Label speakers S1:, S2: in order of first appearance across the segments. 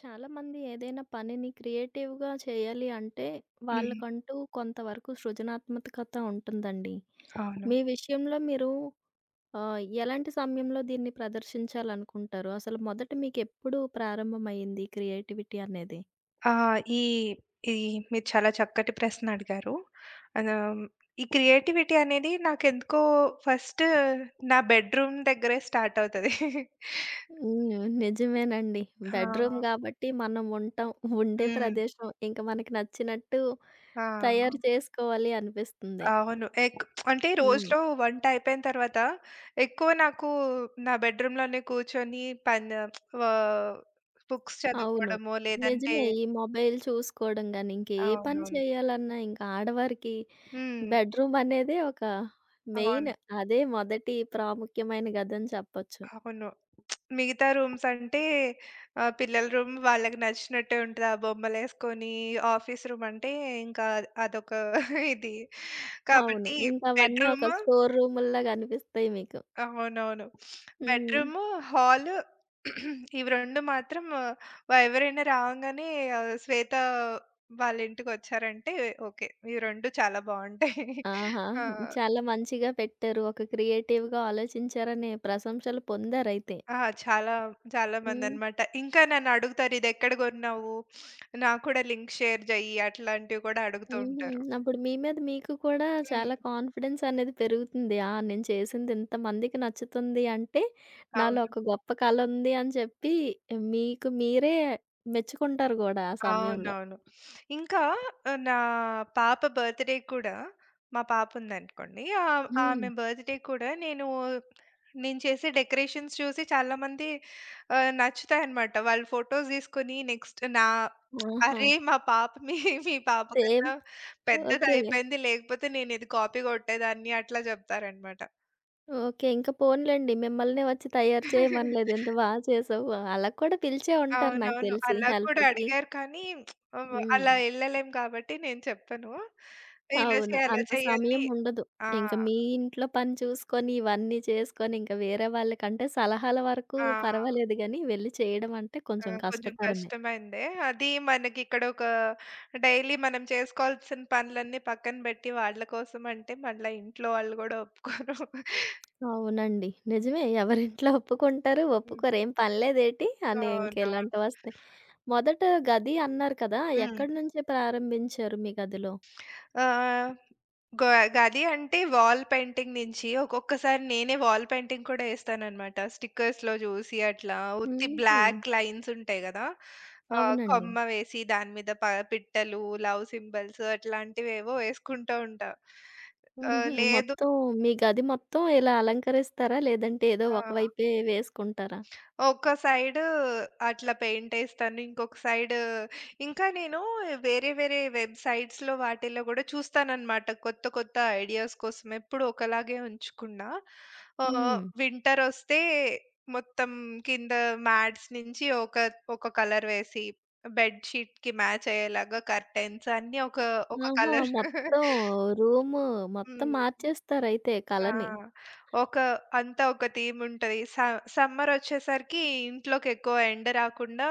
S1: చాలామంది ఏదైనా పనిని క్రియేటివ్‌గా చేయాలి అంటే,
S2: హ్మ్.
S1: వాళ్ళకంటూ కొంతవరకు సృజనాత్మకత ఉంటుందండి.
S2: అవును.
S1: మీ విషయంలో మీరు ఎలాంటి సమయంలో దీన్ని ప్రదర్శించాలనుకుంటారు? అసలు మొదట మీకెప్పుడు ప్రారంభమయింది క్రియేటివిటీ అనేది?
S2: ఈ ఈ మీరు చాలా చక్కటి ప్రశ్న అడిగారు. అలా ఈ క్రియేటివిటీ అనేది నాకెందుకో ఫస్ట్ నా బెడ్‌రూమ్ దగ్గరే స్టార్ట్ అవుతది.
S1: హ్మ్. నిజమేనండి. బెడ్‌రూమ్
S2: ఆ!
S1: గాబట్టి మనం ఉంటాం. ఉండే
S2: హ్మ్.
S1: ప్రదేశం ఇంక మనకి నచ్చినట్టు
S2: ఆ!
S1: తయారు చేసుకోవాలి అనిపిస్తుంది.
S2: అవును. అంటే
S1: హ్మ్.
S2: రోజులో వంట అయిపోయిన తర్వాత ఎక్కువ నాకు నా బెడ్‌రూమ్‌లోనే కూర్చొని పన్ వ బుక్స్
S1: అవును.
S2: చదువుకోవడమో లేదంటే
S1: నిజమే. ఈ మొబైల్ చూసుకోవడం గాని, ఇంకే పని
S2: అవునవును.
S1: చేయాలన్నా ఇంకా ఆడవారికి
S2: హ్మ్.
S1: బెడ్‌రూమ్ అనేదే ఒక మెయిన్.
S2: అవును.
S1: అదే మొదటి ప్రాముఖ్యమైన గదని చెప్పొచ్చు.
S2: అవును. మిగతా రూమ్స్ అంటే పిల్లల రూమ్ వాళ్ళకి నచ్చినట్టే ఉంటది. ఆ బొమ్మలేసుకొని, ఆఫీస్ రూమ్ అంటే ఇంకా అదొక ఇది.
S1: అవును.
S2: కాబట్టి
S1: ఇంకా అవన్నీ ఒక
S2: బెడ్‌రూము
S1: స్టోర్ రూముల్లా కనిపిస్తాయి మీకు.
S2: అవునవును.
S1: హ్మ్.
S2: బెడ్‌రూము, హాలు ఇవి 2 మాత్రం ఆ, ఎవరైనా రావంగానే శ్వేత వాళ్ళ ఇంటికొచ్చారంటే ఓకే. ఇవి 2 చాలా బావుంటాయి.
S1: ఆహా!
S2: ఆ!
S1: చాలా మంచిగా పెట్టారు. ఒక క్రియేటివ్‌గా ఆలోచించారని ప్రశంసలు పొందారయితే.
S2: ఆ! చాలా చాలా
S1: హ్మ్.
S2: మందనమాట. ఇంకా నన్నడుగుతారు, "ఇదెక్కడ గొన్నావు? నాకు కూడా లింక్ షేర్ జెయ్యి" అట్లాంటివి గూడా అడుగుతూ
S1: హుహు.
S2: ఉంటారు.
S1: అప్పుడు మీ మీద మీకు కూడా
S2: హ్మ్.
S1: చాలా కాన్ఫిడెన్స్ అనేది పెరుగుతుంది. ఆ! నేను చేసింది ఇంతమందికి నచ్చుతుంది అంటే, నాలో
S2: అవును.
S1: ఒక గొప్ప కళ ఉంది అని చెప్పి మీకు మీరే మెచ్చుకుంటారు గూడా ఆ సమయంలో.
S2: అవునవును. ఇంకా ఆహ్, నా పాప బర్త్‌డే కూడా మా పాప ఉందనుకోండి.
S1: హ్మ్.
S2: ఆమె బర్త్‌డే కూడా నేను నేను చేసే డెకరేషన్స్ చూసి చాలామంది నచ్చుతాయన్నమాట. వాళ్ళు ఫోటోస్ తీసుకొని నెక్స్ట్ నా
S1: ఓహో!
S2: అరే! మా పాప మీ మీ పాప
S1: సేమ్
S2: కన్నా
S1: ఓకే.
S2: పెద్దదయిపోయింది. లేకపోతే నేనిది కాపీ కొట్టేదాన్ని అట్లా చెప్తారన్నమాట.
S1: ఓకే. ఇంక పోనీలెండి మిమ్మల్నే వచ్చి తయారు చేయమనలేదు. ఎంత బా చేసావు. అలా కూడా పిలిచే ఉంటారు నాకు
S2: అవునవును.
S1: తెలిసి
S2: అలా కూడా
S1: హెల్ప్‌కి.
S2: అడిగారు, కానీ
S1: హ్మ్.
S2: అలా ఎళ్ళలేం కాబట్టి నేను చెప్పను. ఇలా
S1: అవును.
S2: చేయి, అలా
S1: అంత
S2: చేయి అని
S1: సమయం ఉండదు.
S2: ఆ!
S1: ఇంక మీ ఇంట్లో పని చూసుకొని, ఇవన్నీ చేసుకొని, ఇంక వేరే వాళ్ళకంటే సలహాల వరకు
S2: ఆ!
S1: పర్వాలేదు గానీ, వెళ్లి చేయడం అంటే
S2: ఆ!
S1: కొంచెం
S2: కొంచెం
S1: కష్టతరమే.
S2: కష్టమైందే. అది మనకిక్కడ ఒక డైలీ మనం చేసుకోవాల్సిన పనులన్నీ పక్కన బెట్టి వాళ్ళ కోసం అంటే మళ్ళా ఇంట్లో వాళ్ళు గూడా ఒప్పుకోరు.
S1: అవునండి. నిజమే. ఎవరింట్లో ఒప్పుకుంటారు,
S2: హ్మ్.
S1: ఒప్పుకోరు. "ఏం పనిలేదేటి?" అని
S2: అవునవును.
S1: ఇంకెలాంటివొస్తాయి. మొదట గది అన్నారు కదా!
S2: హ్మ్.
S1: ఎక్కడి నుంచి ప్రారంభించారు మీ గదిలో?
S2: ఆహ్, గ గది అంటే వాల్ పెయింటింగ్ నుంచి ఒక్కొక్కసారి నేనే వాల్ పెయింటింగ్ కూడా ఏస్తాననమాట. స్టిక్కర్స్‌లో జూసి అట్లా ఉత్తి
S1: హుహు.
S2: బ్లాక్ లైన్స్ ఉంటాయి గదా!
S1: అవునండి.
S2: కొమ్మ వేసి దాని మీద పిట్టలు, లవ్ సింబల్స్ అట్లాంటివేవో ఏసుకుంటూ ఉంటా.
S1: హుహు.
S2: లేదు.
S1: మొత్తం మీ గది మొత్తం ఇలా అలంకరిస్తారా? లేదంటే ఏదో ఒక
S2: ఆ!
S1: వైపే వేసుకుంటారా?
S2: ఒక సైడు అట్లా పెయింటేస్తాను. ఇంకొక సైడు ఇంకా నేను వేరే వేరే వెబ్‌సైట్స్‌లో వాటిల్లో గూడా చూస్తాననమాట. కొత్త కొత్త ఐడియాస్ కోసం ఎప్పుడూ ఒకలాగే ఉంచకుండా. హ్మ్.
S1: హ్మ్.
S2: వింటరొస్తే మొత్తం కింద మ్యాట్స్ నుంచి ఒక ఒక కలర్ వేసి, బెడ్ షీట్‌కి మ్యాచ్ అయ్యేలాగా కర్టెన్స్ అన్నీ ఒక ఒక
S1: ఆహా!
S2: కలర్.
S1: మొత్తం రూము మొత్తం
S2: హ్మ్.
S1: మార్చేస్తారయితే
S2: ఆ!
S1: కలని.
S2: ఒక అంతా ఒక థీమ్ ఉంటది. సమ్మర్ వచ్చేసరికి ఇంట్లోకి ఎక్కువ ఎండ రాకుండా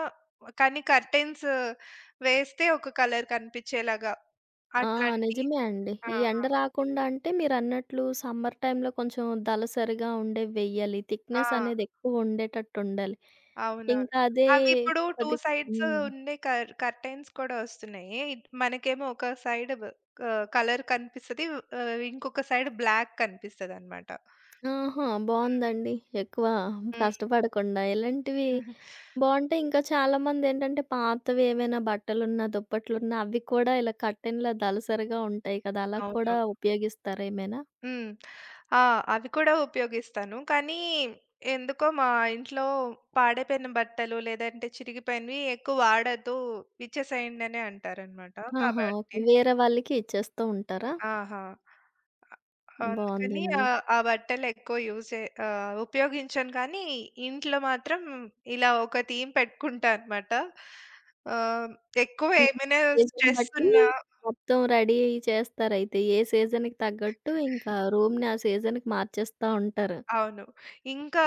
S2: కానీ కర్టెన్స్ వేస్తే ఒక కలర్ కనిపించేలాగా
S1: ఆ!
S2: అట్లాంటి.
S1: నిజమే అండి.
S2: ఆ!
S1: ఈ ఎండ రాకుండా అంటే మీరన్నట్లు సమ్మర్ టైమ్‌లో కొంచెం దళసరిగా ఉండేవి వెయ్యాలి.
S2: ఆ!
S1: థిక్‌నెస్
S2: ఆ!
S1: అనేది ఎక్కువ ఉండేటట్టు ఉండాలి.
S2: అవునవును.
S1: ఇంకా అదే
S2: అవి ఇప్పుడు 2
S1: కొద్ది
S2: సైడ్స్
S1: హ్మ్.
S2: ఉండే కర్టెన్స్ కూడా వస్తున్నాయి. ఇట్ మనకేమో ఒక సైడ్ కలర్ కనిపిస్తది. ఇంకొక సైడ్ బ్లాక్ కనిపిస్తదనమాట.
S1: ఆహా! బావుందండి. ఎక్కువ
S2: హ్మ్.
S1: కష్టపడకుండా ఇలాంటివి
S2: హ్మ్.
S1: బావుంటాయి. ఇంకా చాలామందేంటంటే పాతవి ఏవైనా బట్టలున్నా, దుప్పట్లున్నా అవి కూడా ఇలా కర్టెన్‌లా దళసరిగా ఉంటాయి కదా! అలా కూడా
S2: అవునవును.
S1: ఉపయోగిస్తారేమైనా?
S2: హ్మ్. ఆ! అవి కూడా ఉపయోగిస్తాను. కానీ ఎందుకో మా ఇంట్లో పాడైపోయిన బట్టలు లేదంటే చిరిగిపోయినవి ఎక్కువ వాడొద్దు, ఇచ్చేసేయండనే అంటారనమాట.
S1: ఆహా! ఓకే.
S2: కాబట్టి
S1: వేరే వాళ్ళకి ఇచ్చేస్తూ ఉంటారా?
S2: ఆహా! అందుకని
S1: బావుందండి.
S2: ఆ బట్టలు ఎక్కువ యూజ్ చే ఉపయోగించను, కానీ ఇంట్లో మాత్రం ఇలా ఒక థీమ్ పెట్టుకుంటా అనమాట. ఆహ్, ఎక్కువ
S1: హ్మ్.
S2: ఏమైనా
S1: సీజన్
S2: స్ట్రెస్
S1: బట్టి
S2: ఉన్నా
S1: మొత్తం రెడీ చేస్తారయితే. ఏ సీజన్‌కి తగ్గట్టు ఇంకా రూమ్‌ని ఆ సీజన్‌కి మార్చేస్తా ఉంటారు.
S2: అవును. ఇంకా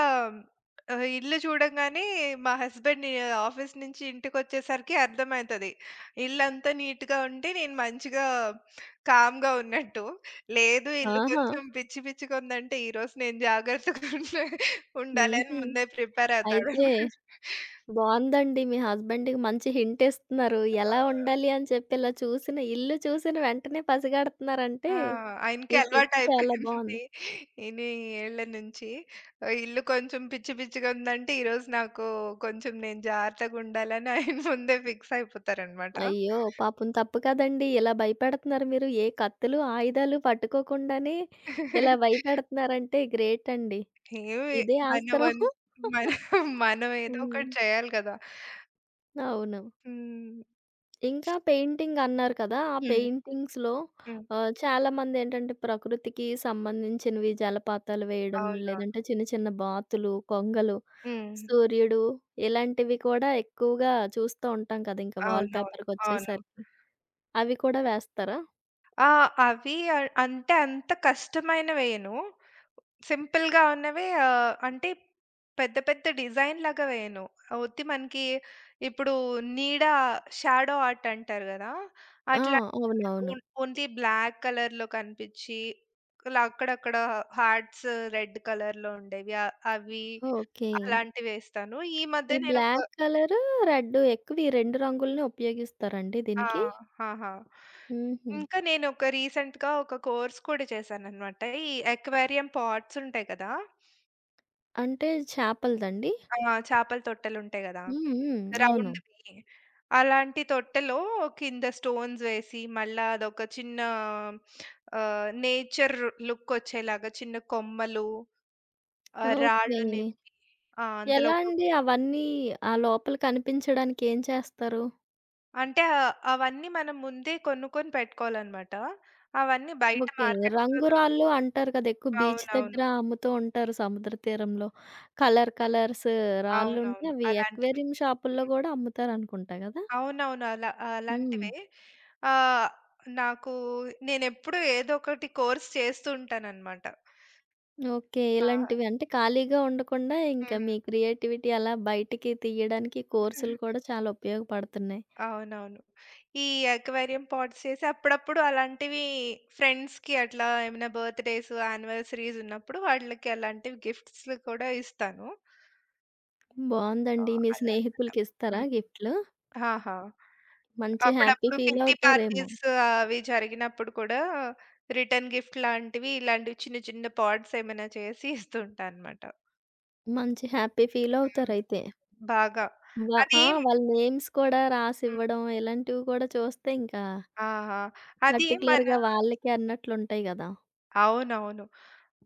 S2: ఇల్లు చూడంగానే మా హస్బెండ్ ఆఫీస్ నుంచి ఇంటికొచ్చేసరికి అర్థమైతది. ఇల్లంతా నీట్‌గా ఉంటే నేను మంచిగా కామ్‌గా ఉన్నట్టు. లేదు, ఇల్లు
S1: ఆహా!
S2: కొంచెం పిచ్చి పిచ్చిగా ఉందంటే ఈరోజు నేను జాగ్రత్తగా ఉండాలి అని
S1: హుహు.
S2: ముందే ప్రిపేర్
S1: అయితే
S2: అవుతాడన్నమాట.
S1: బావుందండి. మీ హస్బెండ్‌కి మంచి హింట్ ఇస్తున్నారు.
S2: ఆ!
S1: ఎలా ఉండాలి అని చెప్పి ఇలా చూసిన ఇల్లు చూసిన వెంటనే పసిగడుతున్నారంటే,
S2: ఆ! ఆయనకి
S1: ఈ టిప్ చాలా
S2: అలవాటయిపోయింది.
S1: బావుంది.
S2: ఇన్ని ఏళ్ళ నుంచి. ఇల్లు కొంచెం పిచ్చి పిచ్చిగా ఉందంటే, ఈరోజు నాకు కొంచెం నేను జాగ్రత్తగుండాలని ఆయన ముందే ఫిక్స్ అయిపోతారనమాట.
S1: అయ్యో! పాపం తప్పు కదండీ. ఇలా భయపెడుతున్నారు మీరు. ఏ కత్తులు, ఆయుధాలు పట్టుకోకుండానే ఇలా భయపెడుతున్నారంటే గ్రేట్ అండి.
S2: ఏమి
S1: ఇదే
S2: మన
S1: ఆస్త్రం.
S2: వం మన మనం ఏదో
S1: హ్మ్.
S2: ఒకటి చేయాలి కదా!
S1: అవును.
S2: హ్మ్.
S1: ఇంకా పెయింటింగ్ అన్నారు కదా! ఆ
S2: హ్మ్.
S1: పెయింటింగ్స్‌లో
S2: హ్మ్.
S1: చాలామందేంటంటే ప్రకృతికి సంబంధించినవి జలపాతాలు వేయడం,
S2: అవునవును.
S1: లేదంటే చిన్న చిన్న బాతులు, కొంగలు,
S2: హ్మ్.
S1: సూర్యుడు ఇలాంటివి కూడా ఎక్కువగా చూస్తూ ఉంటాం కదా! ఇంకా
S2: అవునవును. అవును.
S1: వాల్‌పేపర్‌కొచ్చేసరికి. అవి కూడా వేస్తారా?
S2: ఆ! అవి అ అంటే అంత కష్టమైనవేయను. సింపుల్‌గా ఉన్నవే, అంటే పెద్ద పెద్ద డిజైన్‌లాగా వేయను. ఉత్తి మనకి ఇప్పుడు నీడ షాడో ఆర్ట్ అంటారు గదా!
S1: ఆ!
S2: అట్లా
S1: అవునవును.
S2: ఓన్లీ బ్లాక్ కలర్‌లో కనిపిచ్చి, ఇలా అక్కడక్కడ హార్ట్స్ రెడ్ కలర్‌లో ఉండేవి. అవి
S1: ఓకే.
S2: అలాంటివేస్తాను. ఈ మధ్య
S1: ఈ
S2: నేనొక
S1: బ్లాక్ కలరు, రెడ్డు ఎక్కువ ఈ 2 రంగుల్ని ఉపయోగిస్తారండి
S2: ఆ!
S1: దీనికి?
S2: ఆహా!
S1: హుహు.
S2: ఇంకా నేనొక రీసెంట్‌గా ఒక కోర్స్ కూడా చేశాననమాట. ఈ అక్వేరియం పాట్స్ ఉంటాయి కదా!
S1: అంటే చేపలదండి?
S2: ఆ! చేపల తొట్టెలుంటాయి గదా!
S1: హ్మ్. హ్మ్. అవును.
S2: రౌండ్‌వి. అలాంటి తొట్టెలో కింద స్టోన్స్ వేసి, మళ్ళా అదొక చిన్న నేచర్ లుక్కొచ్చేలాగా చిన్న కొమ్మలు,
S1: ఓకే.
S2: రాళ్ళుని ఆ! అందులో
S1: ఎలా
S2: ఒక
S1: అండి అవన్నీ ఆ లోపల కనిపించడానికి ఏం చేస్తారు?
S2: అంటే అవన్నీ మనం ముందే కొనుక్కొని పెట్టుకోవాలనమాట. అవన్నీ బయట
S1: ఓకే.
S2: మార్కెట్స్‌లో దొరుకు
S1: రంగురాళ్ళు అంటారు కదా! ఎక్కువ బీచ్
S2: అవునవును.
S1: దగ్గర అమ్ముతూ ఉంటారు సముద్ర తీరంలో. కలర్ కలర్స్ రాళ్ళుంటే
S2: అవునవును.
S1: అవి
S2: అలాంటివి.
S1: అక్వేరియం షాపుల్లో గూడా అమ్ముతారనుకుంటా గదా!
S2: అవునవును.
S1: హ్మ్.
S2: అలాంటివే. ఆహ్, నాకు నేనెప్పుడు ఏదో ఒకటి కోర్స్ చేస్తూ ఉంటాననమాట.
S1: ఓకే.
S2: ఆ!
S1: ఇలాంటివి అంటే ఖాళీగా ఉండకుండా ఇంకా మీ క్రియేటివిటీ అలా బయటికి తీయడానికి
S2: హ్మ్.
S1: కోర్సులు కూడా చాలా ఉపయోగపడుతున్నాయి.
S2: అవునవును. ఈ అక్వేరియం పాట్స్ చేసి అప్పుడప్పుడు అలాంటివి ఫ్రెండ్స్‌కి అట్లా ఏమైనా బర్త్‌డేస్, యానివర్సరీస్ ఉన్నప్పుడు వాళ్ళకి అలాంటివి గిఫ్ట్స్ కూడా ఇస్తాను. ఆ!
S1: బావుందండి. మీ
S2: అలా.
S1: స్నేహితులకి ఇస్తారా గిఫ్ట్‌లు?
S2: ఆహా!
S1: మంచి హ్యాపీ
S2: అప్పుడప్పుడు
S1: ఫీల్
S2: కిట్టి
S1: అవుతారేమో.
S2: పార్టీస్ అవి జరిగినప్పుడు కూడా రిటర్న్ గిఫ్ట్ లాంటివి, ఇలాంటివి చిన్న చిన్న పాడ్స్ ఏమైనా చేసి ఇస్తూ ఉంటా అన్నమాట.
S1: మంచి హ్యాపీ ఫీల్
S2: హ్మ్.
S1: అవుతారైతే.
S2: బాగా.
S1: వ
S2: అది
S1: ఆ! వాళ్ళ నేమ్స్ కూడా
S2: హ్మ్.
S1: రాసివ్వడం ఇలాంటివి కూడా చూస్తే ఇంకా
S2: ఆహా! అది మన
S1: పర్టిక్యులర్‌గా వాళ్ళకే అన్నట్లుంటాయి గదా!
S2: అవునవును.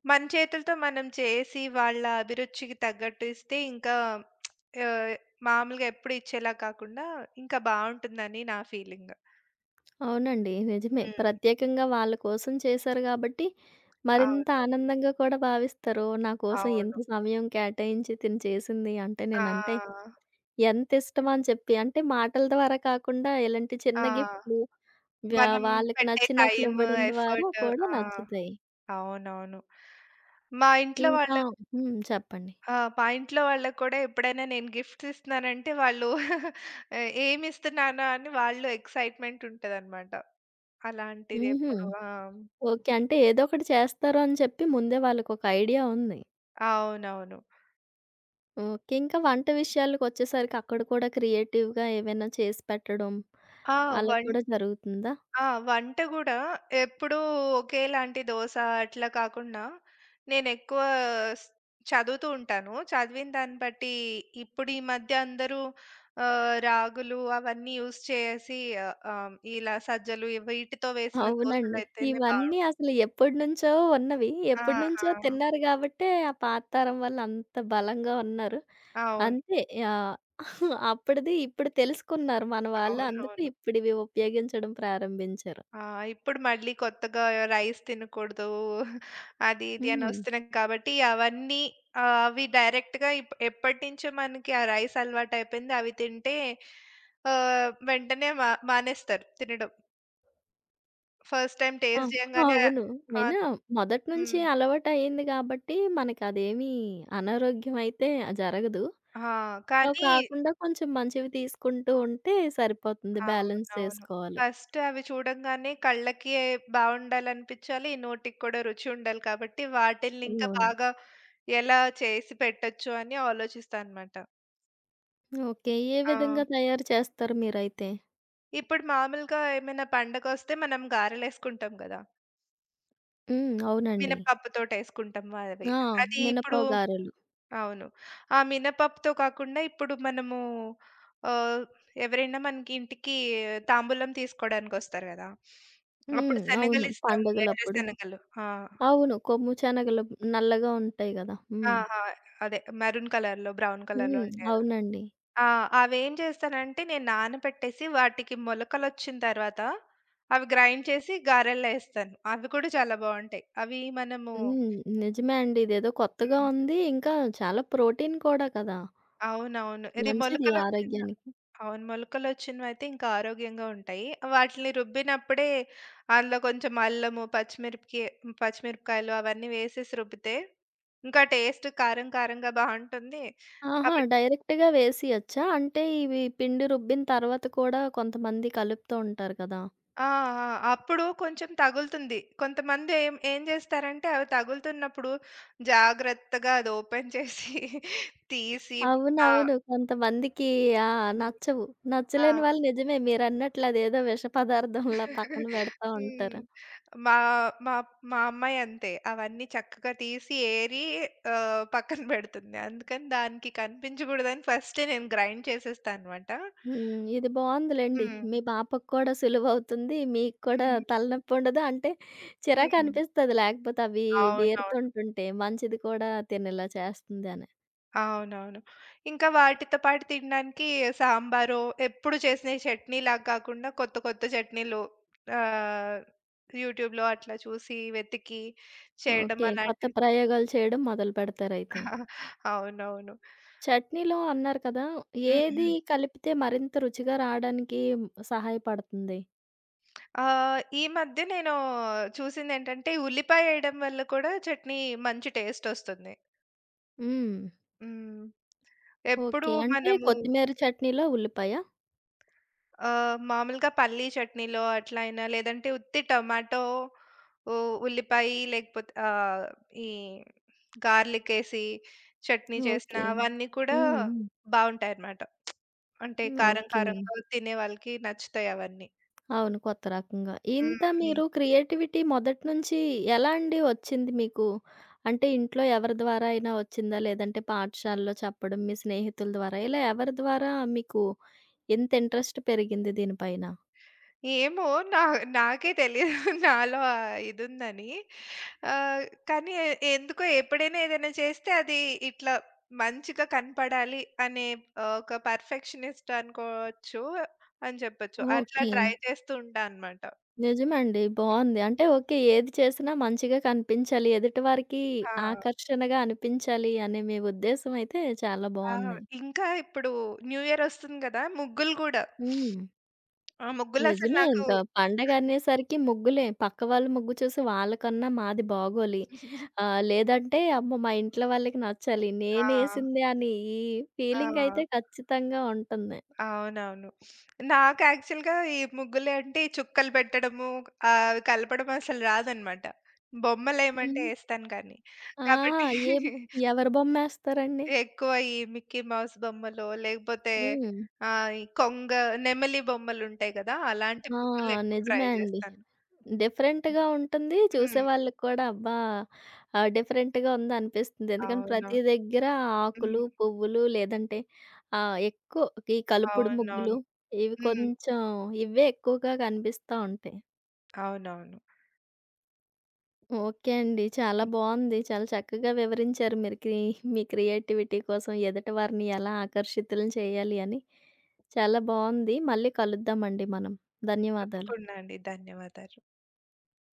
S2: మన చేతులతో మనం చేసి వాళ్ళ అభిరుచికి తగ్గట్టు ఇస్తే ఇంకా ఆహ్, మామూలుగా ఎప్పుడు ఇచ్చేలా కాకుండా ఇంకా బావుంటుందని నా ఫీలింగ్.
S1: అవునండి. నిజమే.
S2: హ్మ్.
S1: ప్రత్యేకంగా వాళ్ళ కోసం చేశారు గాబట్టి, మరింత
S2: అవును.
S1: ఆనందంగా కూడా భావిస్తారు. నా కోసం
S2: అవును.
S1: ఇంత సమయం కేటాయించి తిను చేసింది అంటే, నేనంటే
S2: ఆ!
S1: ఎంత ఇష్టమా అని చెప్పి. అంటే మాటల ద్వారా కాకుండా ఇలాంటి
S2: ఆ!
S1: చిన్న గిఫ్ట్‌లు వ్య
S2: మనం
S1: వాళ్ళకి
S2: పెట్టే
S1: నచ్చినట్లు
S2: టైమ్,
S1: ఇవ్వడం ద్వారా
S2: ఎఫర్ట్.
S1: కూడా
S2: ఆ!
S1: నచ్చుతాయి.
S2: అవునవును. మా ఇంట్లో
S1: ఇంకా
S2: వాళ్ళకి
S1: హ్మ్. చెప్పండి.
S2: ఆ! మా ఇంట్లో వాళ్ళకి కూడా ఎప్పుడైనా నేను గిఫ్ట్స్ ఇస్తున్నానంటే వాళ్ళు ఏమిస్తున్నానా అని వాళ్ళు ఎక్సైట్‌మెంట్ ఉంటదనమాట.
S1: హుహు.
S2: అలాంటిదెప్పుడు ఆ!
S1: ఓకే. అంటే ఏదో ఒకటి చేస్తారు అని చెప్పి ముందే వాళ్ళకొక ఐడియా ఉంది.
S2: అవునవును.
S1: ఓకే. ఇంకా వంట విషయాలకొచ్చేసరికి అక్కడ కూడా క్రియేటివ్‌గా ఏవైనా చేసి పెట్టడం,
S2: ఆ!
S1: అలా
S2: వం
S1: కూడా జరుగుతుందా?
S2: ఆ! వంట గూడా ఎప్పుడూ ఒకేలాంటి దోస అట్లా కాకుండా, నేనెక్కువ స్ చదువుతూ ఉంటాను. చదివిన దాన్ని బట్టి ఇప్పుడు ఈ మధ్య అందరూ రాగులు అవన్నీ యూజ్ చేసేసి ఆహ్, ఆహ్, ఇలా సజ్జలు వీటితో వేసిన
S1: అవునండి.
S2: దోసలైతేనే బావుం
S1: ఇవన్నీ అసలు ఎప్పటినుంచో ఉన్నవి.
S2: ఆ! ఆ!
S1: ఎప్పటినుంచో తిన్నారు గాబట్టే ఆ పాత తరం వాళ్ళు అంత బలంగా ఉన్నారు.
S2: అవును.
S1: అంతే యాహ్! అప్పటిది ఇప్పుడు తెలుసుకున్నారు మన వాళ్ళు. అందుకు
S2: అవునవును.
S1: ఇప్పుడివి ఉపయోగించడం ప్రారంభించారు.
S2: ఆ! ఇప్పుడు మళ్ళీ కొత్తగా రైస్ తినకూడదు అది ఇది అని
S1: హ్మ్.
S2: వస్తున్నాయి కాబట్టి అవన్నీ అవి డైరెక్ట్‌గా ఇప్ ఎప్పటినుంచో మనకి ఆ రైస్ అలవాటయిపోయింది. అవి తింటే వెంటనే మా మానేస్తారు తినడం. ఫస్ట్ టైమ్
S1: ఆ!
S2: టేస్ట్ చేయంగానే
S1: అవును.
S2: ఆహ్,
S1: అయినా మొదటి
S2: హ్మ్.
S1: నుంచి అలవాటయింది గాబట్టి మనకదేమీ అనారోగ్యం అయితే జరగదు.
S2: ఆ!
S1: అవి
S2: కానీ
S1: కాకుండా కొంచెం మంచివి తీసుకుంటూ ఉంటే సరిపోతుంది. బ్యాలెన్స్
S2: అవునవును.
S1: చేసుకోవాలి.
S2: ఫస్ట్ అవి చూడంగానే కళ్ళకి బావుండాలనిపించాలి, నోటికి కూడా రుచి ఉండాలి కాబట్టి వాటిల్ని ఇంకా
S1: అవును.
S2: బాగా ఎలా చేసి పెట్టొచ్చు అని ఆలోచిస్తా అనమాట.
S1: ఓకే. ఏ
S2: ఆ!
S1: విధంగా తయారు చేస్తారు మీరైతే?
S2: ఇప్పుడు మామూలుగా ఏమైనా పండగొస్తే మనం గారెలేసుకుంటాం గదా!
S1: హ్మ్. అవునండి.
S2: మినపప్పుతోటేసుకుంటాం అవి.
S1: ఆ!
S2: అది ఇప్పుడు
S1: మినపవు గారెలు.
S2: అవును. ఆ మినపప్పుతో కాకుండా ఇప్పుడు మనము ఆహ్, ఎవరైనా మనకి ఇంటికి తాంబూలం తీసుకోవడానికొస్తారు గదా! అప్పుడు
S1: హ్మ్. అవును.
S2: శనగలిస్తాము. వేరే
S1: పండుగలప్పుడు.
S2: శనగలు. ఆ!
S1: అవును. కొమ్ము శనగలు నల్లగా ఉంటాయి గదా!
S2: ఆ!
S1: హ్మ్.
S2: ఆ! అదే మెరూన్ కలర్‌లో, బ్రౌన్ కలర్‌లో
S1: హ్మ్.
S2: ఉంటాయి అవి.
S1: అవునండి.
S2: ఆ! అవేం చేస్తానంటే నేను నానబెట్టేసి వాటికి మొలకలొచ్చిన తర్వాత అవి గ్రైండ్ చేసి గారెల్లేస్తాను. అవి కూడా చాలా బావుంటాయి. అవి మనము
S1: హ్మ్. నిజమే అండి. ఇదేదో కొత్తగా
S2: హ్మ్.
S1: ఉంది. ఇంకా చాలా ప్రోటీన్ కూడా కదా!
S2: అవునవును. ఇది
S1: మంచిది
S2: మొలకలొచ్చిన
S1: ఆరోగ్యానికి.
S2: అవును. మొలకలొచ్చినవైతే ఇంకా ఆరోగ్యంగా ఉంటాయి. వాటిని రుబ్బినప్పుడే అందులో కొంచెం అల్లము, పచ్చిమిరపకాయలు అవన్నీ వేసేసి రుబ్బితే ఇంకా టేస్ట్ కారం కారంగా బావుంటుంది.
S1: ఆహా!
S2: కాబట్టి
S1: డైరెక్ట్‌గా వేసియచ్చా? అంటే ఇవి పిండి రుబ్బిన తర్వాత కూడా కొంతమంది కలుపుతూ ఉంటారు కదా!
S2: ఆ! ఆ! అప్పుడు కొంచెం తగులుతుంది. కొంతమంది ఏం ఏం జేస్తారంటే, అవి తగులుతున్నప్పుడు జాగ్రత్తగా అది ఓపెన్ చేసి తీసి మా
S1: అవునవును. కొంతమందికి ఆ!
S2: హ్మ్.
S1: నచ్చవు.
S2: ఆ!
S1: నచ్చలేని వాళ్ళు నిజమే మీరన్నట్లు అదేదో విష పదార్థంలా పక్కన పెడతా
S2: హ్మ్.
S1: ఉంటారు.
S2: మా మా మా అమ్మాయి అంతే. అవన్నీ చక్కగా తీసి ఏరి పక్కన పెడుతుంది. అందుకని దానికి కనిపించకూడదని ఫస్టే నేను గ్రైండ్ చేసేస్తానన్నమాట.
S1: హ్మ్. ఇది బావుందిలెండి.
S2: హ్మ్.
S1: మీ పాపకు కూడా సులువవుతుంది. మీకు కూడా
S2: హ్మ్.
S1: తలనొప్పుండదు. అంటే చిరాకు
S2: హ్మ్.
S1: అనిపిస్తది లేకపోతే అవి
S2: అవునవును.
S1: వేరుతుంటుంటే మంచిది కూడా తినేలా చేస్తుంది అని.
S2: అవునవును. ఇంకా వాటితో పాటు తినడానికి సాంబారో, ఎప్పుడు చేసిన చట్నీలాగా కాకుండా కొత్త కొత్త చట్నీలు ఆహ్, యూట్యూబ్‌లో అట్లా చూసి వెతికి చేయడం
S1: ఓకే. కొత్త
S2: అలాంటివి.
S1: ప్రయోగాలు చేయడం మొదలు పెడతారయితే.
S2: అవునవును.
S1: చట్నీలో అన్నారు కదా!
S2: హ్మ్.
S1: ఏది
S2: హ్మ్.
S1: కలిపితే మరింత రుచిగా రాడానికి సహాయపడుతుంది?
S2: ఈ మధ్య నేను చూసిందేంటంటే ఉల్లిపాయ ఏయడం వల్ల కూడా చట్నీ మంచి టేస్ట్ ఒస్తుంది.
S1: హ్మ్.
S2: హ్మ్. ఎప్పుడు
S1: ఓకే. అంటే
S2: మనము
S1: కొత్తిమీర చట్నీలో ఉల్లిపాయ?
S2: మామూలుగా పల్లీ చట్నీలో అట్లా అయినా లేదంటే ఉత్తి టమాటో ఉ ఉల్లిపాయి లేకపోతే ఈ గార్లికేసి చట్నీ చేసినా
S1: ఓకే.
S2: అవన్నీ కూడా
S1: హ్మ్. హ్మ్.
S2: బావుంటాయన్నమాట. అంటే
S1: హ్మ్.
S2: కారం
S1: ఓకే.
S2: కారంగా తినే వాళ్ళకి నచ్చుతాయి అవన్నీ.
S1: అవును. కొత్త రకంగా. ఇంత
S2: హ్మ్. హ్మ్.
S1: మీరు క్రియేటివిటీ మొదటి నుంచి ఎలా అండి వచ్చింది మీకు? అంటే ఇంట్లో ఎవరి ద్వారా అయినా వచ్చిందా? లేదంటే పాఠశాలలో చెప్పడం, మీ స్నేహితుల ద్వారా ఇలా ఎవరి ద్వారా మీకు ఇంత ఇంట్రెస్ట్ పెరిగింది దీనిపైన?
S2: ఏమో నా నాకే తెలీదు నాలో ఆ ఇదుందని. ఆహ్, కానీ ఎందుకో ఎప్పుడైనా ఏదైనా చేస్తే అది ఇట్లా మంచిగా కనపడాలి అనే ఒక పర్ఫెక్షనిస్ట్ అనుకోవచ్చు అని చెప్పొచ్చు. అట్లా
S1: ఓకే.
S2: ట్రై చేస్తూ ఉంటా అన్నమాట.
S1: నిజమండి.
S2: హ్మ్.
S1: బావుంది. అంటే ఓకే. ఏది చేసినా మంచిగా కనిపించాలి. ఎదుటి వారికి
S2: ఆ!
S1: ఆకర్షణగా అనిపించాలి అనే మీ ఉద్దేశ్యం అయితే చాలా
S2: ఆ!
S1: బావుంది.
S2: ఇంకా ఇప్పుడు న్యూ ఇయర్ ఒస్తుంది గదా! ముగ్గులు గూడా.
S1: హ్మ్.
S2: ఆ ముగ్గులసలు
S1: నిజమే
S2: నాకు
S1: ఇంకా పండగ అనేసరికి ముగ్గులే. పక్క వాళ్ళ ముగ్గు చూసి వాళ్ళకన్నా మాది బాగోలి. లేదంటే అమ్మో! మా ఇంట్లో వాళ్ళకి నచ్చాలి.
S2: ఆ!
S1: నేనేసిందే అని ఈ
S2: ఆ!
S1: ఫీలింగ్ అయితే ఖచ్చితంగా ఉంటుంది.
S2: అవునవును. నాకు యాక్చువల్‌గా ఈ ముగ్గులు అంటే చుక్కలు పెట్టడము, అవి కలపడం అసలు రాదనమాట. బొమ్మలేయమంటే
S1: హ్మ్.
S2: ఏస్తాను కానీ.
S1: ఆహా!
S2: కాబట్టి
S1: ఏం ఎవరి బొమ్మేస్తారండి?
S2: ఎక్కువ ఈ మిక్కీ మౌస్ బొమ్మలో, లేకపోతే
S1: హ్మ్.
S2: ఈ కొంగ, నెమలి బొమ్మలుంటాయి గదా! అలాంటి
S1: ఆ!
S2: ముగ్గులు ఎక్కువ ట్రై
S1: నిజమే అండి.
S2: జేస్తాను.
S1: డిఫరెంట్‌గా ఉంటుంది.
S2: హ్మ్.
S1: చూసేవాళ్ళకి కూడా అబ్బా! డిఫరెంట్‌గా ఉందనిపిస్తుంది. ఎందుకంటే
S2: అవును.
S1: ప్రతి దగ్గర
S2: హ్మ్.
S1: ఆకులు, పువ్వులు లేదంటే ఎక్కువ ఈ కలుపుడు ముగ్గులు
S2: అవునవును.
S1: ఇవి
S2: హ్మ్.
S1: కొంచెం ఇవే ఎక్కువగా కనిపిస్తా ఉంటాయి.
S2: అవునవును.
S1: ఓకే అండి. చాలా
S2: హ్మ్.
S1: బావుంది. చాలా చక్కగా వివరించారు మీరు క్రీ మీ క్రియేటివిటీ కోసం ఎదుటి వారిని ఎలా ఆకర్షితులను చేయాలి అని. చాలా బావుంది. మళ్ళీ కలుద్దామండి మనం. ధన్యవాదాలు.
S2: తప్పకుండా అండి. ధన్యవాదాలు.